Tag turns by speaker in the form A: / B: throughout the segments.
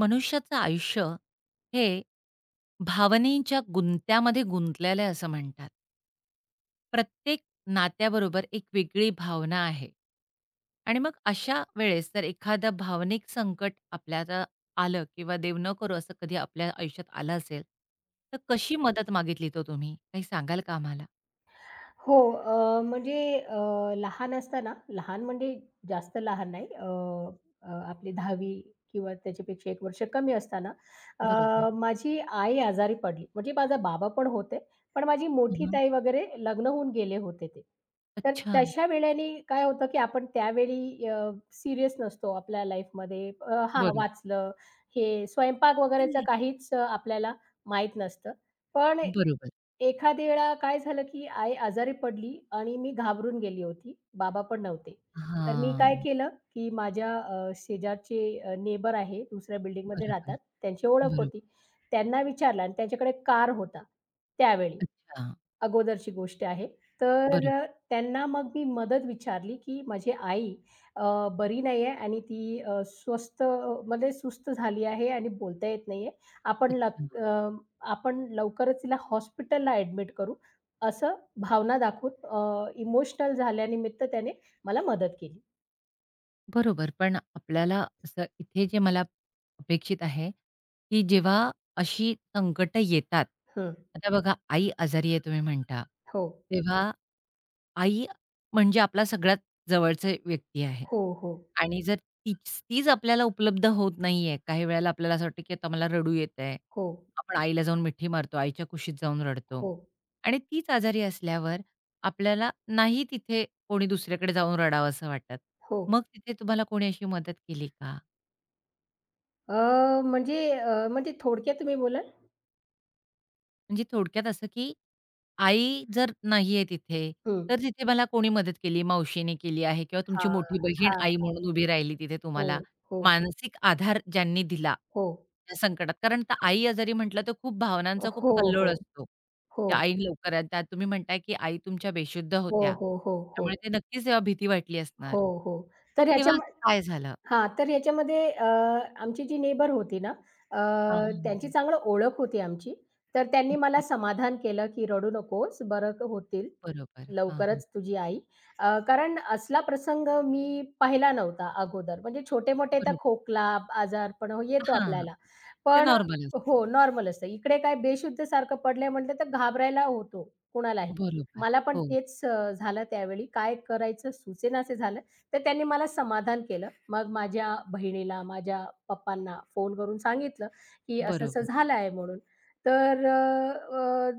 A: मनुष्याचं आयुष्य हे भावनेच्या गुंत्यामध्ये गुंतलेलं आहे असं म्हणतात. प्रत्येक नात्याबरोबर एक वेगळी भावना आहे. आणि मग अशा वेळेस जर एखादं भावनिक संकट आपल्याला आलं किंवा देव न करो असं कधी आपल्या आयुष्यात आलं असेल, तर कशी मदत मागितली तो तुम्ही? काही सांगाल का आम्हाला?
B: हो. म्हणजे लहान असताना लहान म्हणजे जास्त लहान नाही अ, अ, आपली 10वी किंवा त्याच्यापेक्षा 1 वर्ष कमी असताना
A: बरोबर.
B: माझी आई आजारी पडली. म्हणजे माझा बाबा पण होते, पण माझी मोठी
A: हं,
B: ताई वगैरे लग्न होऊन गेले होते ते. तर
A: अच्छा.
B: तशा वेळेने काय होतं, की आपण त्यावेळी सीरियस नसतो आपल्या लाईफमध्ये. हां,
A: बरोबर.
B: वाचलं, हे स्वयंपाक वगैरेचं काहीच आपल्याला माहीत नसतं. पण
A: बरोबर.
B: एखाद्या वेळा काय झालं, की आई आजारी पडली आणि मी घाबरून गेली होती. बाबा पण नव्हते. तर मी
A: हां.
B: काय केलं, की माझ्या शेजारचे नेबर आहे, दुसऱ्या बिल्डिंगमध्ये
A: बरोबर.
B: राहतात. त्यांची ओळख
A: बरोबर.
B: होती. त्यांना विचारलं आणि त्यांच्याकडे कार होता त्यावेळी.
A: अच्छा.
B: अगोदरची गोष्ट आहे. तर
A: बरोबर.
B: त्यांना मग मी मदत विचारली, की माझी आई अ, बरी नाही आहे आणि ती स्वस्थ म्हणजे सुस्त झाली आहे आणि बोलता येत नाही आहे. आपण
A: अच्छा.
B: लक अ, आपण लवकरच तिला हॉस्पिटलला ॲडमिट करू, असं भावना दाखवून इमोशनल झाल्यानिमित्त त्याने मला मदत केली.
A: बरोबर. पण आपल्याला असं इथे जे मला अपेक्षित आहे, की जेव्हा अशी संकटं येतात,
B: हं.
A: आता बघा आई आजारी आहे तुम्ही म्हणता,
B: हो.
A: तेव्हा आई म्हणजे आपला सगळ्यात जवळचे व्यक्ती आहे
B: हो, हो.
A: आणि जर तीच तीच आपल्याला उपलब्ध होत नाहीये, काही वेळेला आपल्याला असं वाटतं, की आता मला रडू येतंय.
B: हो,
A: आपण आईला जाऊन मिठी मारतो, आईच्या कुशीत जाऊन रडतो
B: हो,
A: आणि तीच आजारी असल्यावर आपल्याला नाही तिथे कोणी दुसऱ्याकडे जाऊन रडावसं वाटत.
B: हो.
A: मग तिथे तुम्हाला कोणी अशी मदत केली का?
B: अ, म्हणजे म्हणजे थोडक्यात तुम्ही बोलाल?
A: म्हणजे थोडक्यात असं, की आई जर नाहीये तिथे,
B: हं.
A: तर तिथे मला कोणी मदत केली, मावशीने केली आहे किंवा तुमची
B: हां,
A: मोठी बहीण
B: हां.
A: आई म्हणून उभी राहिली तिथे
B: हो,
A: तुम्हाला.
B: हो,
A: मानसिक आधार ज्यांनी दिला,
B: हो.
A: त्या संकटात. कारण तर आई आजारी म्हटलं तर खूप भावनांचा खूप
B: हो,
A: कल्लोळ
B: हो.
A: असतो,
B: हो.
A: की आई लवकर आणि त्यात तुम्ही म्हणताय, की आई तुमच्या बेशुद्ध
B: हो,
A: होत्या.
B: हो, हो, हो.
A: त्यामुळे ते नक्कीच तेव्हा भीती वाटली असणार.
B: हो, हो.
A: मग
B: तर ह्याच्या
A: तेव्हा असं काय झालं?
B: हां, तर याच्यामध्ये आमची जी नेबर होती ना,
A: हां, हां,
B: त्यांची
A: हां.
B: चांगलं ओळख होती आमची. तर त्यांनी मला
A: अच्छा.
B: समाधान केलं, की "रडू नकोस, होतील
A: बरोबर. हां, हां.
B: लवकरच तुझी आई." कारण असला प्रसंग मी पाहिला नव्हता अगोदर. म्हणजे छोटे-मोठे तर
A: बरोबर.
B: खोकला, आजारपण येतो
A: हां,
B: आपल्याला.
A: ते
B: पण
A: नॉर्मल असतं.
B: हो, नॉर्मल असतं. इकडे काय बेशुद्ध सारखं पडलंय म्हटलं तर घाबरायला होतो कुणालाही.
A: बरोबर.
B: मला पण
A: हो.
B: तेच झालं त्यावेळी. काय करायचं सुचेनासे झालं. तर त्यांनी मला समाधान केलं. मग माझ्या बहिणीला, माझ्या पप्पांना फोन करून सांगितलं, की असं-असं
A: बरोबर,
B: झालं आहे म्हणून. तर अ, अ,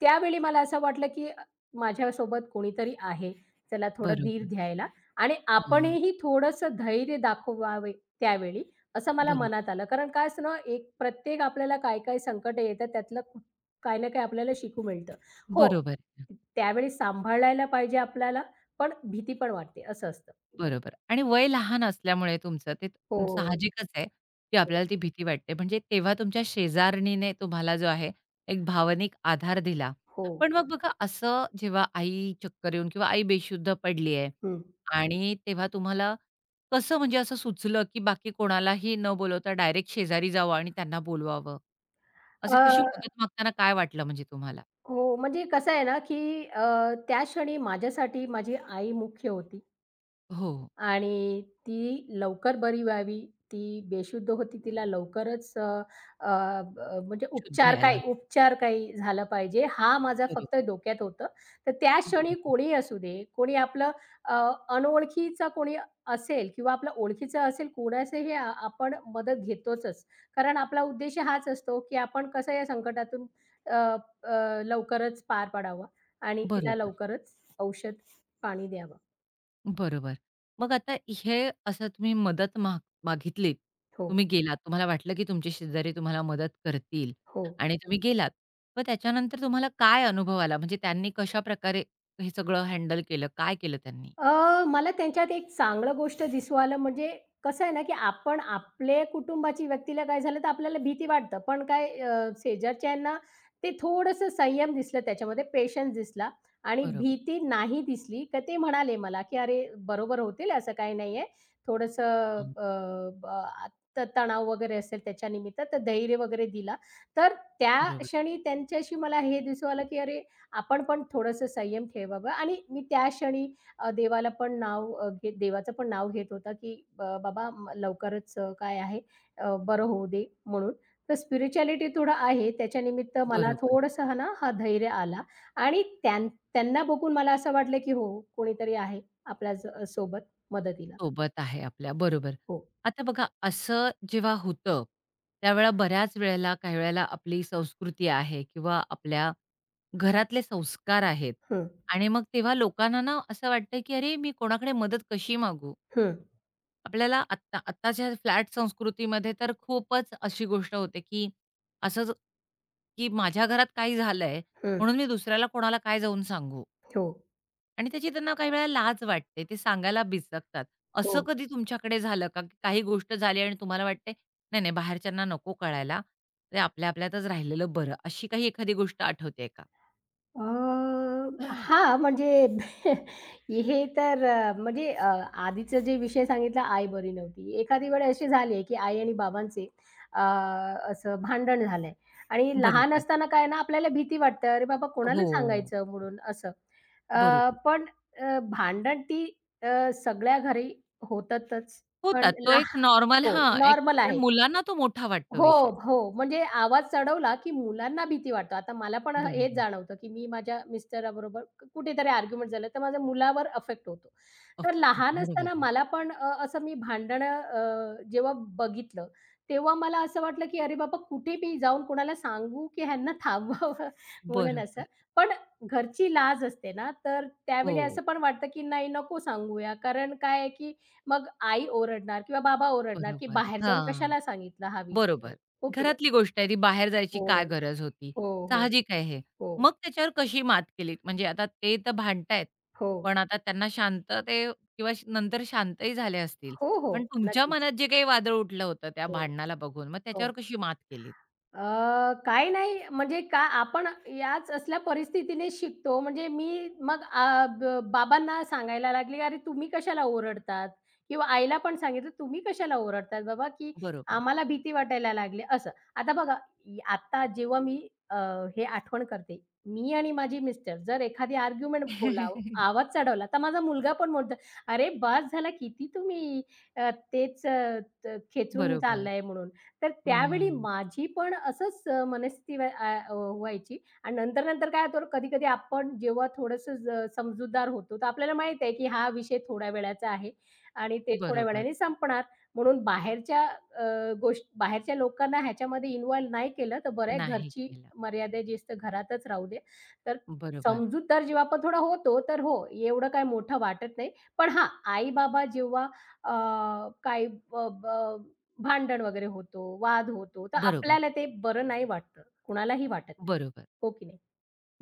B: त्यावेळी मला असं वाटलं, की माझ्यासोबत कोणीतरी आहे. चला थोडा धीर
A: बरोबर.
B: द्यायला आणि
A: हं.
B: आपणही थोडंसं धैर्य दाखवावे त्यावेळी, असं मला
A: बरोबर,
B: मनात आलं. कारण काय असतं ना, एक प्रत्येक आपल्याला काय-काय संकटं येतात, त्यातलं काही ना काही आपल्याला शिकू मिळतं. हो,
A: बरोबर,
B: त्यावेळी सांभाळायला पाहिजे आपल्याला, पण भीती पण वाटते, असं असतं.
A: बरोबर. आणि वय लहान असल्यामुळे तुमचं ते
B: हो,
A: साहजिकच आहे, की आपल्याला ती भीती वाटते. म्हणजे तेव्हा तुमच्या शेजारणीने तुम्हाला जो आहे, एक भावनिक आधार दिला.
B: हो.
A: पण मग बघा असं जेव्हा आई चक्कर येऊन किंवा आई बेशुद्ध पडली आहे
B: हं.
A: आणि तेव्हा तुम्हाला कसं म्हणजे असं सुचलं, की बाकी कोणालाही न बोलवता डायरेक्ट शेजारी जावं आणि त्यांना बोलवावं?
B: अ,
A: अशी कशी मदत मागताना काय वाटलं म्हणजे तुम्हाला?
B: हो, म्हणजे कसं आहे ना, की त्या क्षणी माझ्यासाठी माझी आई मुख्य होती.
A: हो.
B: आणि ती लवकर बरी व्हावी, ती बेशुद्ध होती तिला लवकरच अ, अ, अ, म्हणजे
A: शुद्ध
B: उपचार
A: यायला
B: काय उपचार काही झाला पाहिजे, हा माझा
A: हवी.
B: फक्त डोक्यात होतं. तर त्या क्षणी
A: बरोबर,
B: कोणीही असू दे, कोणी आपलं अ, अनोळखीचा कोणी असेल किंवा आपलं ओळखीचं असेल, कोणाचंही आपण मदत घेतोचच. कारण आपला उद्देश हाच असतो, की आपण कसं या संकटातून अ, अ, लवकरच पार पाडावं आणि
A: बरोबर,
B: तिला
A: बरोबर,
B: लवकरच औषध, पाणी द्यावं.
A: बरोबर. मग आता हे असं तुम्ही मदत माग मागितलीत.
B: हो,
A: तुम्ही गेलात. तुम्हाला वाटलं, की तुमचे शेजारी तुम्हाला मदत करतील
B: हो.
A: आणि तुम्ही गेलात. मग त्याच्यानंतर तुम्हाला काय अनुभव आला? म्हणजे त्यांनी कशाप्रकारे हे सगळं हँडल केलं? काय केलं त्यांनी?
B: मला त्यांच्यात एक चांगलं गोष्ट दिसू आलं. म्हणजे कसं आहे ना, की आपण आपले कुटुंबाची व्यक्तीला काय झालं तर आपल्याला भीती वाटतं. पण काय शेजारच्या यांना ते थोडंसं संयम दिसलं त्याच्यामध्ये, पेशन्स दिसला आणि
A: बरोबर.
B: भीती नाही दिसली. तर ते म्हणाले मला, की "अरे, बरोबर होतील असं काही नाहीये. थोडंसं
A: हां,
B: अ, अ, त तणाव वगैरे असेल त्याच्यानिमित्त तर धैर्य वगैरे दिला." तर त्या
A: बरोबर,
B: क्षणी त्यांच्याशी मला हे दिसू आलं, की अरे, आपण पण थोडंसं संयम ठेवावं. आणि मी त्या क्षणी अ, देवाला पण नाव अ, घेत देवाचं पण नाव घेत होता, की "ब बाबा म लवकरच अ, काय आहे अ, बरं होऊ दे," म्हणून. तर स्पिरिच्युअलिटी थोडं आहे, त्याच्यानिमित्त मला
A: बरोबर.
B: थोडंसं हा ना, हा धैर्य आला. आणि त्यांना बघून मला असं वाटलं, की हो, कोणीतरी आहे आपल्या सोबत मदतीला.
A: सोबत आहे आपल्या, बरोबर.
B: हो.
A: आता बघा असं जेव्हा होतं, त्यावेळेला बऱ्याच वेळेला काही वेळेला आपली संस्कृती आहे किंवा आपल्या घरातले संस्कार आहेत
B: हं,
A: आणि मग तेव्हा लोकांना ना असं वाटतं, की "अरे, मी कोणाकडे मदत कशी मागू?"
B: हं,
A: आपल्याला आत्ता आत्ताच्या फ्लॅट संस्कृतीमध्ये तर खूपच अशी गोष्ट होते, की असंच, की माझ्या घरात काही झालंय
B: हं.
A: म्हणून मी दुसऱ्याला कोणाला काय जाऊन सांगू?
B: हो,
A: आणि त्याची त्यांना काही वेळेला लाज वाटते. ते सांगायला बिचकतात.
B: हो.
A: असं कधी तुमच्याकडे झालं का, की काही गोष्ट झाली आणि तुम्हाला वाटते, "नाही, नाही, बाहेरच्यांना नको कळायला. ते आपल्या आपल्यातच राहिलेलं बरं." अशी काही एखादी गोष्ट आठवतेय का?
B: अ, हां, म्हणजे हे तर म्हणजे आधीचा जे विषय सांगितला आई बरी नव्हती. एखादी वेळ अशी झाली आहे, की आई आणि बाबांचे अ, असं भांडण झालंय आणि लहान
A: बरोबर.
B: असताना काय ना आपल्याला भीती वाटते, "अरे बाबा कोणाला
A: हो,
B: सांगायचं?" म्हणून असं. अ,
A: बरोबर.
B: पण अ, भांडण ती सगळ्या घरी होतातच. पण
A: होतात. तो
B: ला
A: एक नॉर्मल
B: हो,
A: हां, एक
B: नॉर्मल
A: पण
B: आहे.
A: मुलांना तो मोठा वाटतो
B: हो,
A: विषय.
B: हो. म्हणजे आवाज चढवला, की मुलांना भीती वाटतं. आता मला पण हेच
A: बरोबर.
B: जाणवतं, की मी माझ्या मिस्टराबरोबर कुठेतरी आर्ग्युमेंट झालं, तर माझ्या मुलावर अफेक्ट होतो.
A: अफ
B: तर लहान
A: बरोबर
B: असताना
A: आहे.
B: मला पण असं मी भांडणं जेव्हा बघितलं, तेव्हा मला असं वाटलं, की अरे बाबा, कुठे मी जाऊन कोणाला सांगू, की ह्यांना थांबवावं म्हणून असं.
A: बरोबर.
B: पण घरची लाज असते ना, तर त्यावेळी
A: हो,
B: असं पण वाटतं, की नाही नको सांगूया. कारण काय आहे, की मग आई ओरडणार किंवा बाबा ओरडणार, की
A: बरोबर.
B: "बाहेर जाऊन
A: हां.
B: कशाला सांगितला हा विषय?"
A: बरोबर.
B: हो की नाही?
A: घरातली गोष्ट आहे ती बाहेर जायची
B: हो,
A: काय गरज होती?
B: हो, हो,
A: साहजिक आहे हे.
B: हो,
A: मग त्याच्यावर कशी मात केलीत? म्हणजे आता ते तर भांडतायत,
B: हो,
A: पण आता त्यांना शांतते किंवा नंतर शांतही झाले असतील.
B: हो, हो,
A: पण तुमच्या
B: नक्कीच.
A: मनात जे काही वादळ उठलं होतं त्या
B: हो,
A: भांडणाला बघून, मग त्याच्यावर
B: हो.
A: कशी मात केलीत?
B: काही नाही, म्हणजे का आपण याच असल्या परिस्थितीने शिकतो. म्हणजे मी मग अ, ब बाबांना सांगायला लागले, "अरे तुम्ही कशाला ओरडतात?" किंवा आईला पण सांगितलं, "तुम्ही कशाला ओरडतात बाबा, की
A: बरोबर.
B: आम्हाला भीती वाटायला लागली." असं. आता बघा, आता जेव्हा मी अ, हे आठवण करते, मी आणि माझी मिस्टर जर एखादी आर्ग्युमेंट बोला आवाज चढवला, तर माझा मुलगा पण म्हणतो, "अरे बास झाला, किती तुम्ही अ, तेच अ, त खेचून
A: बरोबर.
B: चाललाय म्हणून." तर त्यावेळी
A: हं,
B: माझी पण असंच मनस्थिती व्हायची. आणि नंतर-नंतर काय होतं कधी-कधी आपण जेव्हा थोडंसं समजूतदार होतो, तर आपल्याला माहीत आहे, की हा विषय थोड्या वेळाचा आहे आणि ते थोड्या
A: बरोबर.
B: वेळाने संपणार. म्हणून बाहेरच्या अ, गोष्ट बाहेरच्या लोकांना ह्याच्यामध्ये इन्व्हॉल्व नाही केलं, तर बरं आहे.
A: नाही
B: घरची
A: केलं.
B: मर्यादा जी असते घरातच राहू दे. तर
A: बरोबर,
B: समजूतदार जेव्हा आपण थोडा होतो, तर हो, एवढं काही मोठं वाटत नाही. पण हां, आई-बाबा जेव्हा अ, काही भांडण वगैरे होतो, वाद होतो, तर
A: बरोबर,
B: आपल्याला ते बरं नाही वाटतं. कुणालाही वाटत नाही.
A: बरोबर.
B: हो की नाही?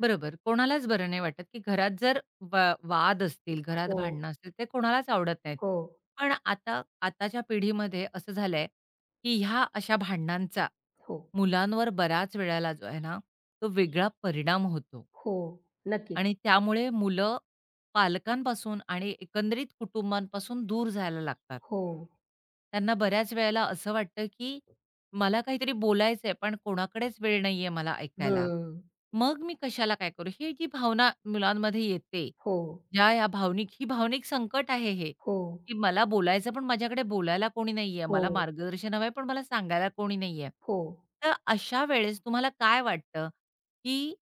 A: बरोबर. कोणालाच बरं नाही वाटत, की घरात जर वा वाद असतील, घरात
B: हो,
A: भांडणं असतील, ते कोणालाच आवडत नाहीत.
B: हो,
A: पण आता आताच्या पिढीमध्ये असं झालंय, की ह्या अशा भांडणांचा
B: हो,
A: मुलांवर बऱ्याच वेळेला जो आहे ना, तो वेगळा परिणाम होतो.
B: हो. नक्कीच.
A: आणि त्यामुळे मुलं पालकांपासून आणि एकंदरीत कुटुंबांपासून दूर जायला लागतात.
B: हो.
A: त्यांना बऱ्याच वेळेला असं वाटतं, की मला काहीतरी बोलायचंय, पण कोणाकडेच वेळ नाहीये मला ऐकायला.
B: हं.
A: मग मी कशाला काय करू? ही जी भावना मुलांमध्ये येते,
B: हो,
A: ज्या या भावनिक ही भावनिक संकट आहे हे,
B: हो,
A: की मला बोलायचं पण माझ्याकडे बोलायला कोणी नाहीये.
B: हो,
A: मला मार्गदर्शन हवंय, पण मला सांगायला कोणी नाहीये.
B: हो.
A: तर अशा वेळेस तुम्हाला काय वाटतं, की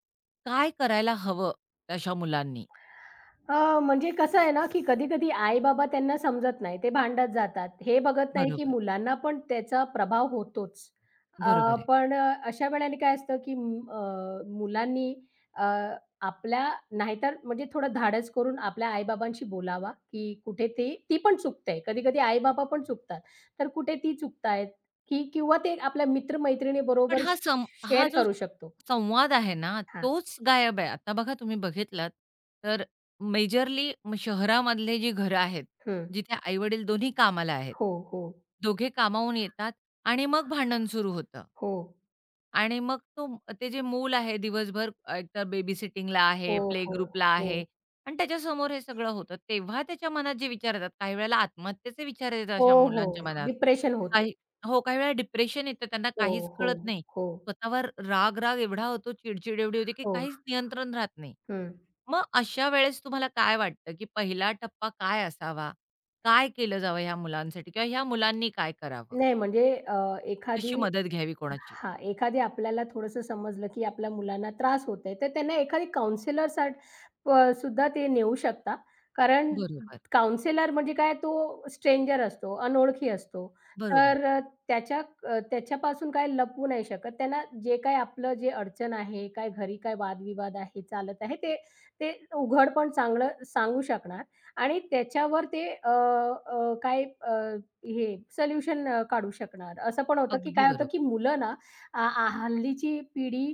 A: काय करायला हवं अशा मुलांनी?
B: म्हणजे कसं आहे ना, की कधी-कधी आई-बाबा त्यांना समजत नाही. ते भांडत जातात. हे बघत नाही, की
A: बरोबर.
B: मुलांना पण त्याचा प्रभाव होतोच. अ,
A: बरोबर आहे.
B: पण अ, अशा वेळेला काय असतं, की मुलांनी अ, आपल्या नाहीतर म्हणजे थोडं धाडस करून आपल्या आई-बाबांशी बोलावा, की कुठे ती ती पण चुकते. कधी-कधी आई-बाबा पण चुकतात. तर कुठे ती चुकतायत, की किंवा ते आपल्या
A: पण
B: मित्र-मैत्रिणीबरोबर
A: हा
B: शेअर
A: जो
B: करू शकतो.
A: संवाद आहे ना,
B: हां.
A: तोच गायब आहे. आता बघा तुम्ही बघितलात तर मेजरली शहरामधले जी घरं आहेत,
B: हं.
A: जिथे आई-वडील दोन्ही कामाला आहेत.
B: हो, हो.
A: दोघे कामावून येतात आणि मग भांडण सुरू होतं.
B: हो.
A: आणि मग तो ते जे मूल आहे दिवसभर एकतर बेबी सिटिंगला आहे,
B: हो,
A: प्ले
B: हो,
A: ग्रुपला
B: हो.
A: आहे आणि त्याच्यासमोर हे सगळं होतं. तेव्हा त्याच्या मनात जे विचार येतात, काही वेळेला आत्महत्येचे विचार येतात
B: हो,
A: अशा मुलांच्या
B: हो.
A: मनात.
B: डिप्रेशन होतं.
A: काही हो, काही वेळेला डिप्रेशन येतं. त्यांना
B: हो,
A: काहीच
B: हो,
A: कळत नाही.
B: हो,
A: स्वतःवर राग-राग एवढा होतो, चिड एवढी होते, की
B: हो.
A: काहीच नियंत्रण राहत नाही.
B: हं.
A: मग अशा वेळेस तुम्हाला काय वाटतं, की पहिला टप्पा काय असावा? काय केलं जावं ह्या मुलांसाठी किंवा ह्या मुलांनी काय करावं?
B: नाही म्हणजे अ,
A: कशी
B: एखादी
A: मदत घ्यावी कोणाची?
B: हां, एखादी आपल्याला थोडंसं समजलं, की आपल्या मुलांना त्रास होतोय, तर त्यांना एखादी काउंसलरसाठ सुद्धा ते नेऊ शकता. कारण
A: बरोबर,
B: काउंसलर म्हणजे काय तो स्ट्रेंजर असतो, अनोळखी असतो.
A: बरोबर.
B: तर त्याच्या त्याच्यापासून काय लपवू नाही शकत. त्यांना जे काही आपलं जे अडचण आहे, काय घरी काय वादविवाद आहे, चालत आहे, ते ते उघडपण चांगलं सांगू शकणार आणि त्याच्यावर ते अ, अ, काय अ, हे सोल्युशन काढू शकणार. असं पण होतं, की
A: अगदी
B: काय होतं, की
A: बरोबर.
B: मुलं ना आ आ हल्लीची पिढी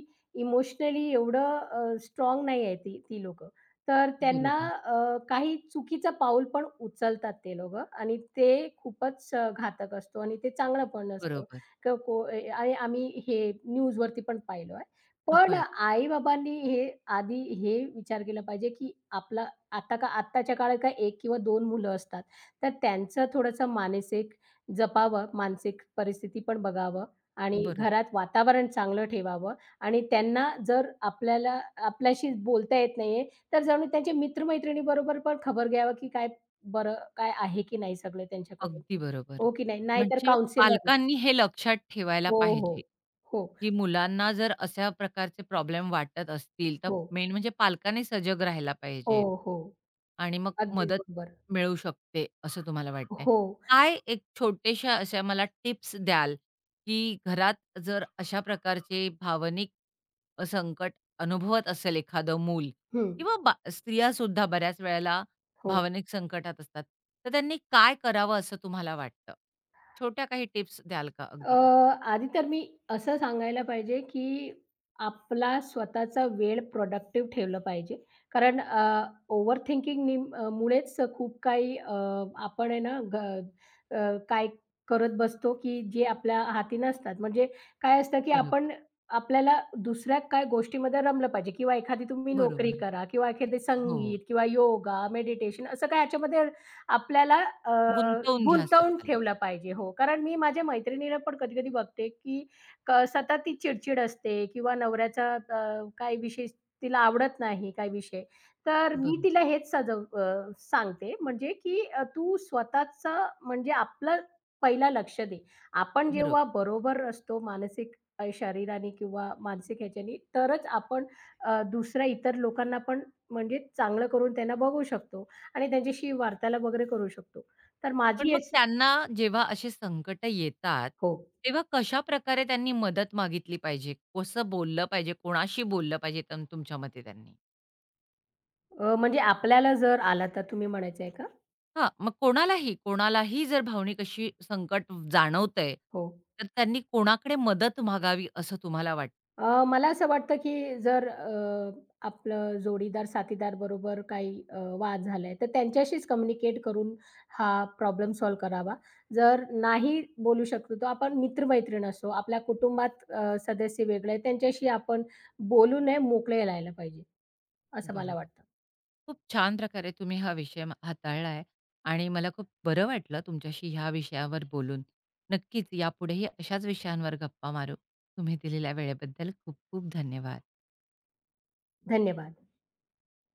B: इमोशनली एवढं स्ट्राँग नाही आहे, ती ती लोकं. तर त्यांना
A: बरोबर,
B: काही चुकीचं पाऊल पण उचलतात ते लोकं आणि ते खूपच घातक असतो आणि ते चांगलं पण नसतं.
A: बरोबर.
B: क को ए आणि आम्ही हे न्यूजवरती पण पाहिलं आहे. पण
A: होय,
B: आई-बाबांनी हे आधी हे विचार केला पाहिजे, की आपला आता का आत्ताच्या काळात काय 1 किंवा 2 मुलं असतात. तर त्यांचं थोडंसं मानसिक जपावं, मानसिक परिस्थिती पण बघावं आणि
A: बरोबर.
B: घरात वातावरण चांगलं ठेवावं. आणि त्यांना जर आपल्याला आपल्याशी बोलता येत नाहीये, तर जाऊन त्यांच्या मित्र-मैत्रिणीबरोबर पण खबर घ्यावं, की काय बरं काय आहे की नाही सगळं त्यांच्याकडून,
A: अगदी बरोबर.
B: हो की नाही. नाहीतर
A: म्हणजे
B: काउन्सिलरला
A: पालकांनी हे लक्षात ठेवायला
B: हो, हो.
A: पाहिजे,
B: हो,
A: की मुलांना जर अशा प्रकारचे प्रॉब्लेम वाटत असतील, तर
B: हो.
A: मेन म्हणजे पालकांनी सजग राहायला
B: हो,
A: पाहिजे
B: हो.
A: आणि मग
B: अगदीच
A: मदत
B: बरोबर.
A: मिळू शकते, असं तुम्हाला वाटतंय.
B: हो.
A: काय एक छोट्याशा अशा मला टिप्स द्याल, की घरात जर अशा प्रकारचे भावनिक संकट अनुभवत असेल एखादं मूल
B: हं.
A: किंवा स्त्रियासुद्धा बऱ्याच वेळेला
B: हो.
A: भावनिक संकटात असतात. तर त्यांनी काय करावं असं तुम्हाला वाटतं? छोट्या काही टिप्स द्याल का
B: अ,
A: अगदी?
B: आधी तर मी असं सांगायला पाहिजे, की आपला स्वतःचा वेळ प्रॉडक्टिव्ह ठेवलं पाहिजे. कारण ओव्हर थिंकिंगनी मुळेच खूप काही अ, आपण आहे ना ग अ, काय करत बसतो, की जे आपल्या हाती नसतात. म्हणजे काय असतं, की
A: बरोबर,
B: आपण आपल्याला दुसऱ्या काय गोष्टीमध्ये रमलं पाहिजे किंवा एखादी तुम्ही नोकरी
A: बरोबर.
B: करा किंवा एखादे
A: हो.
B: संगीत किंवा योगा, मेडिटेशन असं काय ह्याच्यामध्ये आपल्याला अ,
A: गुंतवून घ्या
B: गुंतवून
A: स्वतःला.
B: ठेवला पाहिजे. हो, कारण मी माझ्या मैत्रिणीला पण कधी-कधी बघते, की सतत ती चिडचिड असते किंवा नवऱ्याचा काही विषय तिला आवडत नाही, काही विषय. तर मी तिला
A: बरोबर,
B: हेच सांगते, म्हणजे की तू स्वतःचं म्हणजे आपलं पहिला लक्ष दे. आपण
A: बरोबर.
B: जेव्हा बरोबर असतो मानसिक शरीराने किंवा मानसिक ह्याच्याने, तरच आपण दुसऱ्या इतर लोकांना पण म्हणजे चांगलं करून त्यांना बघू शकतो. आणि त्यांच्याशी वार्तालाप वगैरे करू शकतो. तर
A: पण
B: माझी
A: मग
B: अशी
A: त्यांना जेव्हा अशी संकटं येतात,
B: हो.
A: तेव्हा कशाप्रकारे त्यांनी मदत मागितली पाहिजे? कसं बोललं पाहिजे? कोणाशी बोललं पाहिजे तुमच्या मते त्यांनी?
B: म्हणजे आपल्याला जर आला तर तुम्ही म्हणायचं आहे का?
A: हां, मग कोणालाही, कोणालाही जर भावनिक अशी संकट जाणवतंय,
B: हो.
A: तर त्यांनी कोणाकडे मदत मागावी असं तुम्हाला वाटतं?
B: मला असं वाटतं की जर आपलं जोडीदार, साथीदार बरोबर काही वाद झालाय, तर त्यांच्याशीच कम्युनिकेट करून हा प्रॉब्लेम सॉल्व्ह करावा. जर नाही बोलू शकतो, तर आपण मित्र असो, आपल्या कुटुंबात सदस्य वेगळे त्यांच्याशी आपण बोलू नये, मोकळे राहायला पाहिजे, असं मला
A: बरोबर.
B: वाटतं.
A: खूप छान प्रकारे तुम्ही हा विषय हाताळला आहे आणि मला खूप बरं वाटलं तुमच्याशी ह्या विषयावर बोलून. नक्कीच यापुढेही अशाच विषयांवर गप्पा मारू. तुम्ही दिलेल्या वेळेबद्दल खूप खूप धन्यवाद.
B: धन्यवाद.